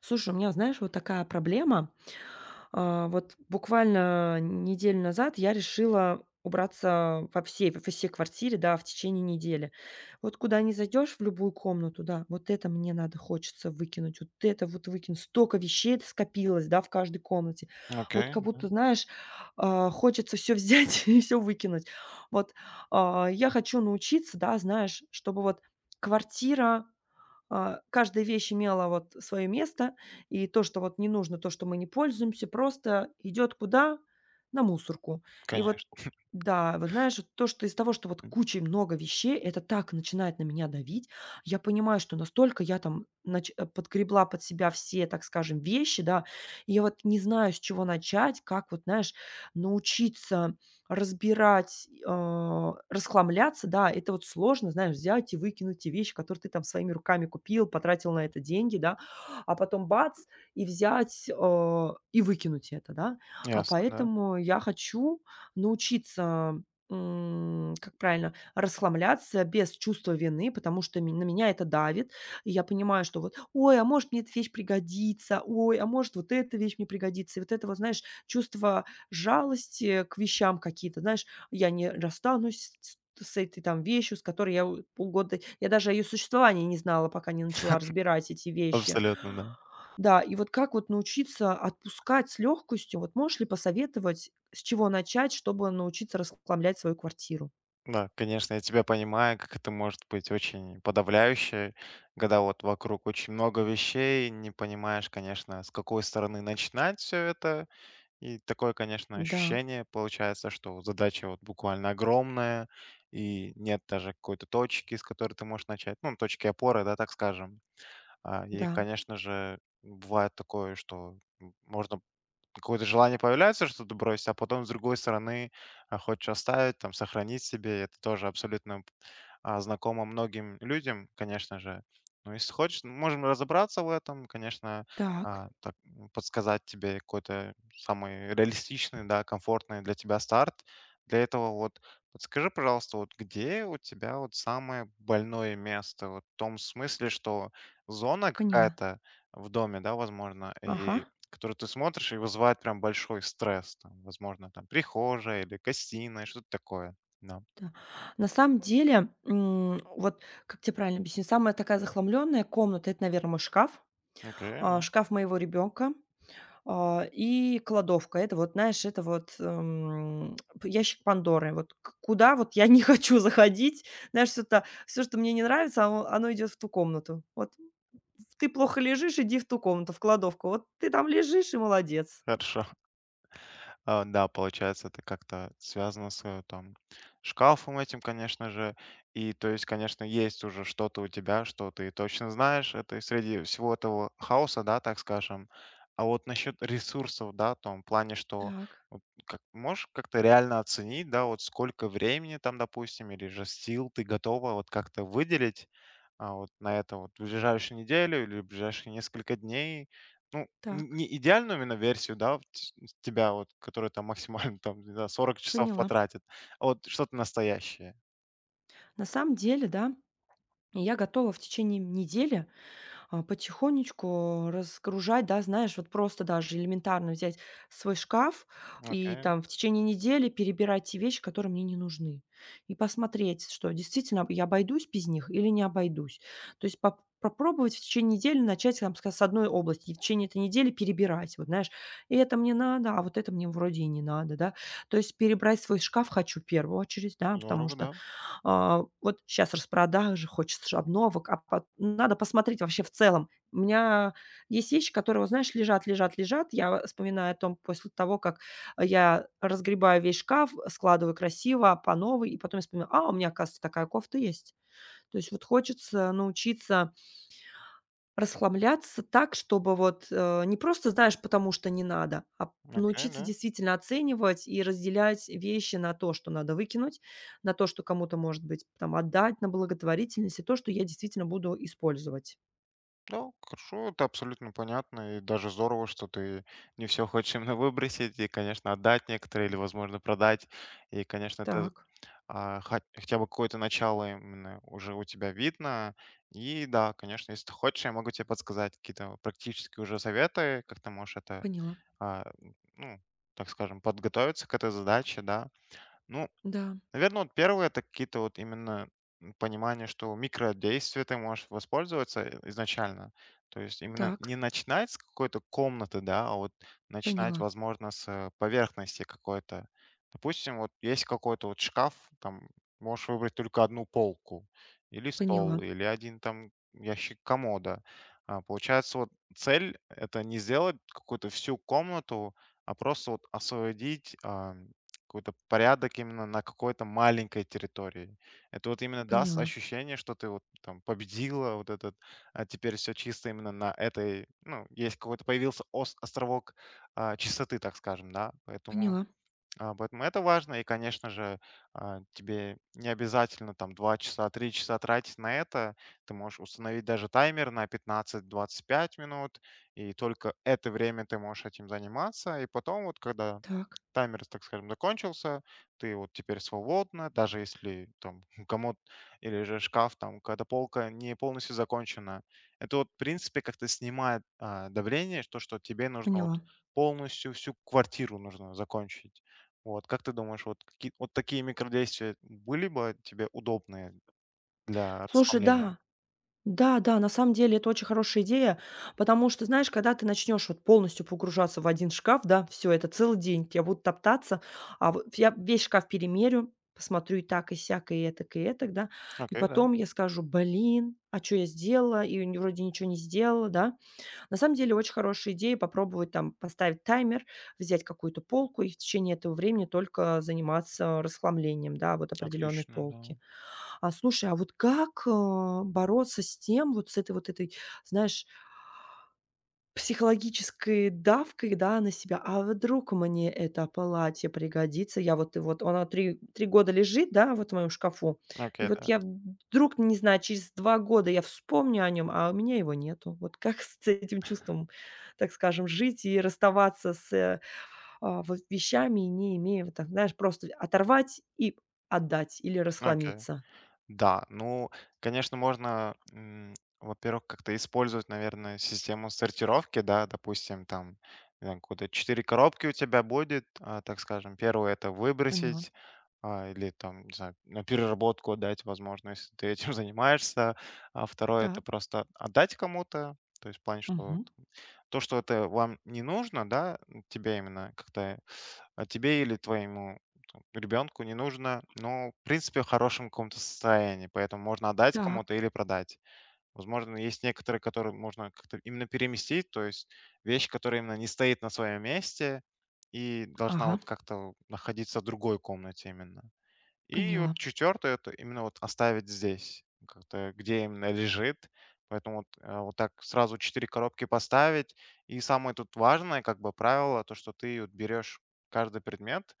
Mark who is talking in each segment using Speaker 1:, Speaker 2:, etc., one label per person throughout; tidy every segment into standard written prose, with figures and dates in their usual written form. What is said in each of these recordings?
Speaker 1: Слушай, у меня, знаешь, вот такая проблема. Вот буквально неделю назад я решила убраться во всей квартире, да, в течение недели. Вот куда не зайдешь, в любую комнату, да, вот это мне надо, хочется выкинуть, вот это вот выкинуть. Столько вещей скопилось, да, в каждой комнате. Вот как
Speaker 2: Окей,
Speaker 1: будто, знаешь, хочется все взять и все выкинуть. Вот я хочу научиться, да, знаешь, чтобы вот квартира каждая вещь имела вот свое место, и то, что вот не нужно, то, что мы не пользуемся, просто идет куда? На мусорку. И вот,
Speaker 2: конечно.
Speaker 1: да, вот знаешь, вот то, что из того, что вот кучей много вещей, это так начинает на меня давить. Я понимаю, что настолько я там подгребла под себя все, так скажем, вещи, да, и я вот не знаю, с чего начать, как вот, знаешь, научиться разбирать, расхламляться, да, это вот сложно, знаешь, взять и выкинуть те вещи, которые ты там своими руками купил, потратил на это деньги, да, а потом бац, и взять, и выкинуть это, да. А
Speaker 2: Ясно, да.
Speaker 1: поэтому я хочу научиться, как правильно, расхламляться без чувства вины, потому что на меня это давит. И я понимаю, что вот, ой, а может мне эта вещь пригодится, ой, а может вот эта вещь мне пригодится. И вот это вот, знаешь, чувство жалости к вещам какие-то. Знаешь, я не расстанусь с этой там вещью, с которой я у полгода я даже о ее существовании не знала, пока не начала разбирать эти вещи.
Speaker 2: Абсолютно, да.
Speaker 1: Да, и вот как вот научиться отпускать с легкостью? Вот можешь ли посоветовать, с чего начать, чтобы научиться расхламлять свою квартиру?
Speaker 2: Да, конечно, я тебя понимаю, как это может быть очень подавляюще, когда вот вокруг очень много вещей, не понимаешь, конечно, с какой стороны начинать все это. И такое, конечно,
Speaker 1: Да,
Speaker 2: ощущение получается, что задача вот буквально огромная, и нет даже какой-то точки, с которой ты можешь начать. Ну, точки опоры, да, так скажем. И,
Speaker 1: да,
Speaker 2: конечно же, бывает такое, что можно какое-то желание появляется что-то бросить, а потом, с другой стороны, хочешь оставить, там, сохранить себе. Это тоже абсолютно, знакомо многим людям, конечно же. Ну если хочешь, ну, можем разобраться в этом, конечно,
Speaker 1: так,
Speaker 2: так, подсказать тебе какой-то самый реалистичный, да, комфортный для тебя старт. Для этого вот подскажи, пожалуйста, вот где у тебя вот самое больное место? Вот в том смысле, что зона
Speaker 1: поняла.
Speaker 2: какая-то в доме, да, возможно,
Speaker 1: Ага,
Speaker 2: и который ты смотришь и вызывает прям большой стресс, там, возможно, там прихожая или гостиная, что-то такое. Да.
Speaker 1: да. На самом деле, вот как тебе правильно объяснить, самая такая захламленная комната- это, наверное, мой шкаф,
Speaker 2: Окей, да,
Speaker 1: шкаф моего ребенка. И кладовка. Это вот, знаешь, это вот, п ящик Пандоры. Вот к куда вот я не хочу заходить. Знаешь, все та всё, что мне не нравится, оно идёт в ту комнату. Вот ты плохо лежишь, иди в ту комнату, в кладовку. Вот ты там лежишь и молодец.
Speaker 2: хорошо. Да, получается, это как-то связано с там шкафом этим, конечно же. И то есть, конечно, есть уже что-то у тебя, что ты точно знаешь. Это и среди всего этого хаоса, да, так скажем. А вот насчет ресурсов, да, в том плане, что
Speaker 1: Так,
Speaker 2: вот как, можешь как-то реально оценить, да, вот сколько времени там, допустим, или же сил ты готова вот как-то выделить вот на это вот в ближайшую неделю или в ближайшие несколько дней, ну,
Speaker 1: так,
Speaker 2: не идеальную именно версию, да, вот, тебя вот, который там максимально там, не знаю, 40 часов
Speaker 1: поняла.
Speaker 2: потратит, а вот что-то настоящее.
Speaker 1: На самом деле, да, я готова в течение недели потихонечку разгружать, да, знаешь, вот просто даже элементарно взять свой шкаф и
Speaker 2: Окей,
Speaker 1: там в течение недели перебирать те вещи, которые мне не нужны, и посмотреть, что действительно я обойдусь без них или не обойдусь. То есть попробовать в течение недели начать, там, с одной области, и в течение этой недели перебирать, вот знаешь, и это мне надо, а вот это мне вроде и не надо, да. То есть перебрать свой шкаф хочу в первую очередь, да, потому
Speaker 2: здорово,
Speaker 1: что
Speaker 2: да.
Speaker 1: вот щас распродажи, хочется же обновок, а пот ну, надо посмотреть вообще в целом. У меня есть вещи, которые, вот знаешь, лежат, лежат, лежат. Я вспоминаю о том после того, как я разгребаю весь шкаф, складываю красиво по новой, и потом я вспоминаю: "А, у меня, оказывается, такая кофта есть". То есть вот хочется научиться расхламляться так, чтобы вот, не просто, знаешь, потому что не надо, а
Speaker 2: Окей,
Speaker 1: научиться
Speaker 2: да.
Speaker 1: действительно оценивать и разделять вещи на то, что надо выкинуть, на то, что кому-то, может быть, там отдать, на благотворительность и то, что я действительно буду использовать.
Speaker 2: Да, хорошо, это абсолютно понятно, и даже здорово, что ты не все хочешь именно выбросить и, конечно, отдать некоторые или, возможно, продать. И, конечно, это,
Speaker 1: Так,
Speaker 2: а, хо хотя бы какое-то начало именно уже у тебя видно. И да, конечно, если ты хочешь, я могу тебе подсказать какие-то практические уже советы, как ты можешь это,
Speaker 1: поняла.
Speaker 2: а, ну, так скажем, подготовиться к этой задаче, да. Ну,
Speaker 1: Да,
Speaker 2: наверное, вот первое это какие-то вот именно понимание, что микродействия ты можешь воспользоваться изначально. То есть именно
Speaker 1: так,
Speaker 2: не начинать с какой-то комнаты, да, а вот начинать,
Speaker 1: поняла,
Speaker 2: возможно, с поверхности какой-то. Допустим, вот есть какой-то вот шкаф, там можешь выбрать только одну полку или стол,
Speaker 1: поняла,
Speaker 2: или один там ящик комода. Получается, вот цель это не сделать какую-то всю комнату, а просто вот освободить какой-то порядок именно на какой-то маленькой территории. Это вот именно даст
Speaker 1: поняла,
Speaker 2: ощущение, что ты вот там победила вот этот, а теперь все чисто именно на этой, ну, есть какой-то появился островок чистоты, так скажем, да, поэтому,
Speaker 1: поняла,
Speaker 2: поэтому это важно, и, конечно же, тебе не обязательно там 2 часа, 3 часа тратить на это, ты можешь установить даже таймер на 15-25 минут, и только это время ты можешь этим заниматься, и потом вот, когда
Speaker 1: так,
Speaker 2: таймер, так скажем, закончился, ты вот теперь свободна, даже если там комод или же шкаф, там, когда полка не полностью закончена. Это вот, в принципе, как-то снимает давление, что, тебе нужно вот
Speaker 1: поняла.
Speaker 2: полностью всю квартиру нужно закончить. Вот, как ты думаешь, вот, какие, вот такие микродействия были бы тебе удобные для
Speaker 1: Слушай,
Speaker 2: расхламления?
Speaker 1: да. Да, да, на самом деле это очень хорошая идея, потому что, знаешь, когда ты начнешь вот полностью погружаться в один шкаф, да, все это целый день, тебя будут топтаться, а вот я весь шкаф перемерю, посмотрю и так, и сяк, и этак, да. И
Speaker 2: Окей, да?
Speaker 1: потом я скажу: "Блин, а что я сделала? И вроде ничего не сделала", да. На самом деле очень хорошая идея попробовать там поставить таймер, взять какую-то полку и в течение этого времени только заниматься расхламлением, да, вот определенной
Speaker 2: Отлично, да.
Speaker 1: полки. А слушай, а вот как, бороться с тем, вот с этой, знаешь, психологической давкой, да, на себя. А вдруг мне это платье пригодится? Я вот и вот оно три года лежит, да, вот в моем шкафу. И
Speaker 2: Окей,
Speaker 1: вот
Speaker 2: да.
Speaker 1: я вдруг, не знаю, через 2 года я вспомню о нем, а у меня его нету. Вот как с этим чувством, так скажем, жить и расставаться с, вот вещами, не имея вот так, знаешь, просто оторвать и отдать или
Speaker 2: Окей.
Speaker 1: расхламиться.
Speaker 2: Да, ну, конечно, можно, во-первых, как-то использовать, наверное, систему сортировки, да, допустим, там, не знаю, какое-то четыре коробки у тебя будет, так скажем, первое это
Speaker 1: Поняла.
Speaker 2: выбросить, или там, не знаю, на переработку отдать, возможно, если ты этим занимаешься, а второе это
Speaker 1: Так.
Speaker 2: просто отдать кому-то, то есть в плане, что
Speaker 1: Мгм.
Speaker 2: то, что это вам не нужно, да, тебе именно как-то, а тебе или твоему там ребенку не нужно, ну, в принципе, в хорошем каком-то состоянии, поэтому можно отдать
Speaker 1: Так.
Speaker 2: кому-то или продать. Возможно, есть некоторые, которые можно как-то именно переместить, то есть вещь, которая именно не стоит на своем месте и должна
Speaker 1: Ага.
Speaker 2: вот как-то находиться в другой комнате именно. И вот
Speaker 1: Поняла.
Speaker 2: четвертое, это именно вот оставить здесь, как-то где именно лежит. Поэтому вот, вот так сразу четыре коробки поставить. И самое тут важное, как бы правило, то, что ты вот берешь каждый предмет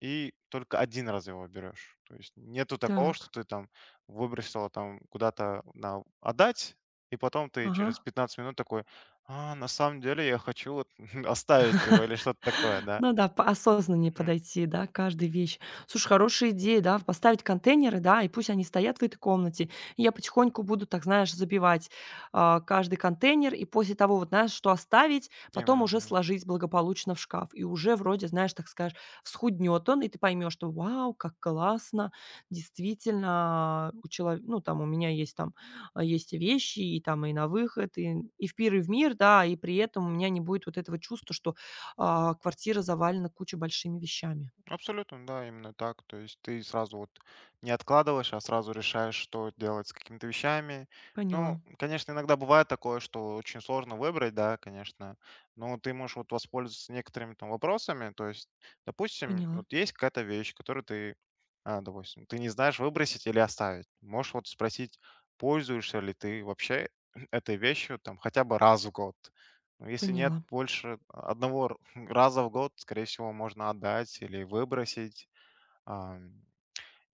Speaker 2: и только один раз его берешь. То есть нету такого, что
Speaker 1: Так.
Speaker 2: ты там выбросила там куда-то на отдать, и потом ты через
Speaker 1: Ага.
Speaker 2: 15 минут такой: "А, на самом деле я хочу вот оставить его", или что-то такое, да.
Speaker 1: Ну да, по осознаннее
Speaker 2: Мгм.
Speaker 1: подойти, да, к каждой вещи. Слушай, хорошая идея, да, поставить контейнеры, да, и пусть они стоят в этой комнате. И я потихоньку буду, так знаешь, забивать, каждый контейнер. И после того, вот знаешь, что оставить, потом
Speaker 2: Именно,
Speaker 1: уже
Speaker 2: да.
Speaker 1: сложить благополучно в шкаф. И уже вроде, знаешь, так скажешь, схуднет он, и ты поймешь, что вау, как классно, действительно, у человека, ну там у меня есть там, есть и вещи, и там и на выход, и в пир, и в мир, да, и при этом у меня не будет вот этого чувства, что квартира завалена кучей большими вещами.
Speaker 2: Абсолютно, да, именно так. То есть ты сразу вот не откладываешь, а сразу решаешь, что делать с какими-то вещами. Ну,
Speaker 1: Поняла,
Speaker 2: конечно, иногда бывает такое, что очень сложно выбрать, да, конечно, но ты можешь вот воспользоваться некоторыми там вопросами. То есть, допустим,
Speaker 1: поняла,
Speaker 2: вот есть какая-то вещь, которую ты, допустим, ты не знаешь выбросить или оставить. Можешь вот спросить, пользуешься ли ты вообще этой вещью там хотя бы 1 раз в год. Ну, если нет
Speaker 1: поняла,
Speaker 2: больше 1 раза в год, скорее всего, можно отдать или выбросить. Ам,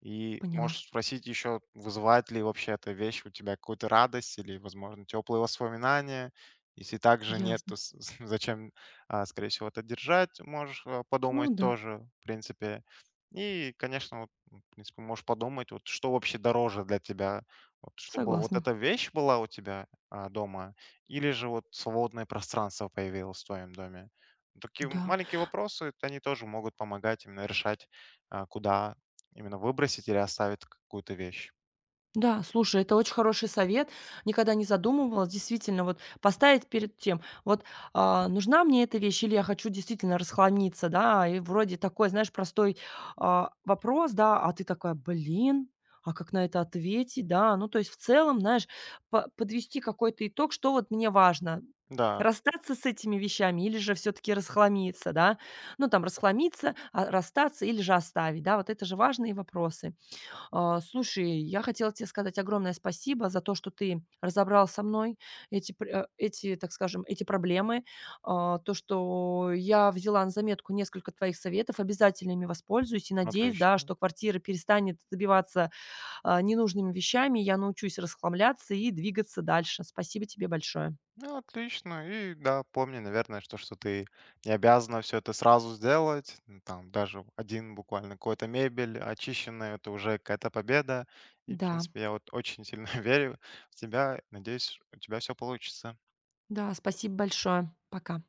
Speaker 2: и
Speaker 1: поняла.
Speaker 2: можешь спросить еще, вызывает ли вообще эта вещь у тебя какую-то радость или, возможно, теплые воспоминания. Если также нет,
Speaker 1: Ясно.
Speaker 2: то зачем, скорее всего, это держать, можешь
Speaker 1: Ну
Speaker 2: подумать
Speaker 1: да,
Speaker 2: тоже, в принципе. И, конечно, вот, в принципе, можешь подумать, вот что вообще дороже для тебя, вот, чтобы вот
Speaker 1: согласна.
Speaker 2: эта вещь была у тебя дома, или же вот свободное пространство появилось в твоем доме. Такие
Speaker 1: Да.
Speaker 2: маленькие вопросы, они тоже могут помогать именно решать, куда именно выбросить или оставить какую-то вещь.
Speaker 1: Да, слушай, это очень хороший совет. Никогда не задумывалась. Действительно, вот поставить перед тем, вот нужна мне эта вещь или я хочу действительно расхламиться, да, и вроде такой, знаешь, простой вопрос, да, а ты такая, блин, а как на это ответить, да, ну то есть в целом, знаешь, подвести какой-то итог, что вот мне важно,
Speaker 2: Да,
Speaker 1: расстаться с этими вещами или же все-таки расхламиться, да, ну там расхламиться, расстаться или же оставить, да, вот это же важные вопросы. Слушай, я хотела тебе сказать огромное спасибо за то, что ты разобрал со мной эти, так скажем, эти проблемы. То, что я взяла на заметку несколько твоих советов, обязательно ими воспользуюсь и
Speaker 2: ну,
Speaker 1: надеюсь, да,
Speaker 2: отлично.
Speaker 1: что квартира перестанет забиваться ненужными вещами, я научусь расхламляться и двигаться дальше. Спасибо тебе большое.
Speaker 2: Ну, отлично. И да, помни, наверное, что, ты не обязана все это сразу сделать. Ну, там даже один буквально какой-то мебель очищенная, это уже какая-то победа. И, в
Speaker 1: Да,
Speaker 2: принципе, я вот очень сильно верю в тебя. Надеюсь, у тебя все получится.
Speaker 1: да, спасибо большое. Пока.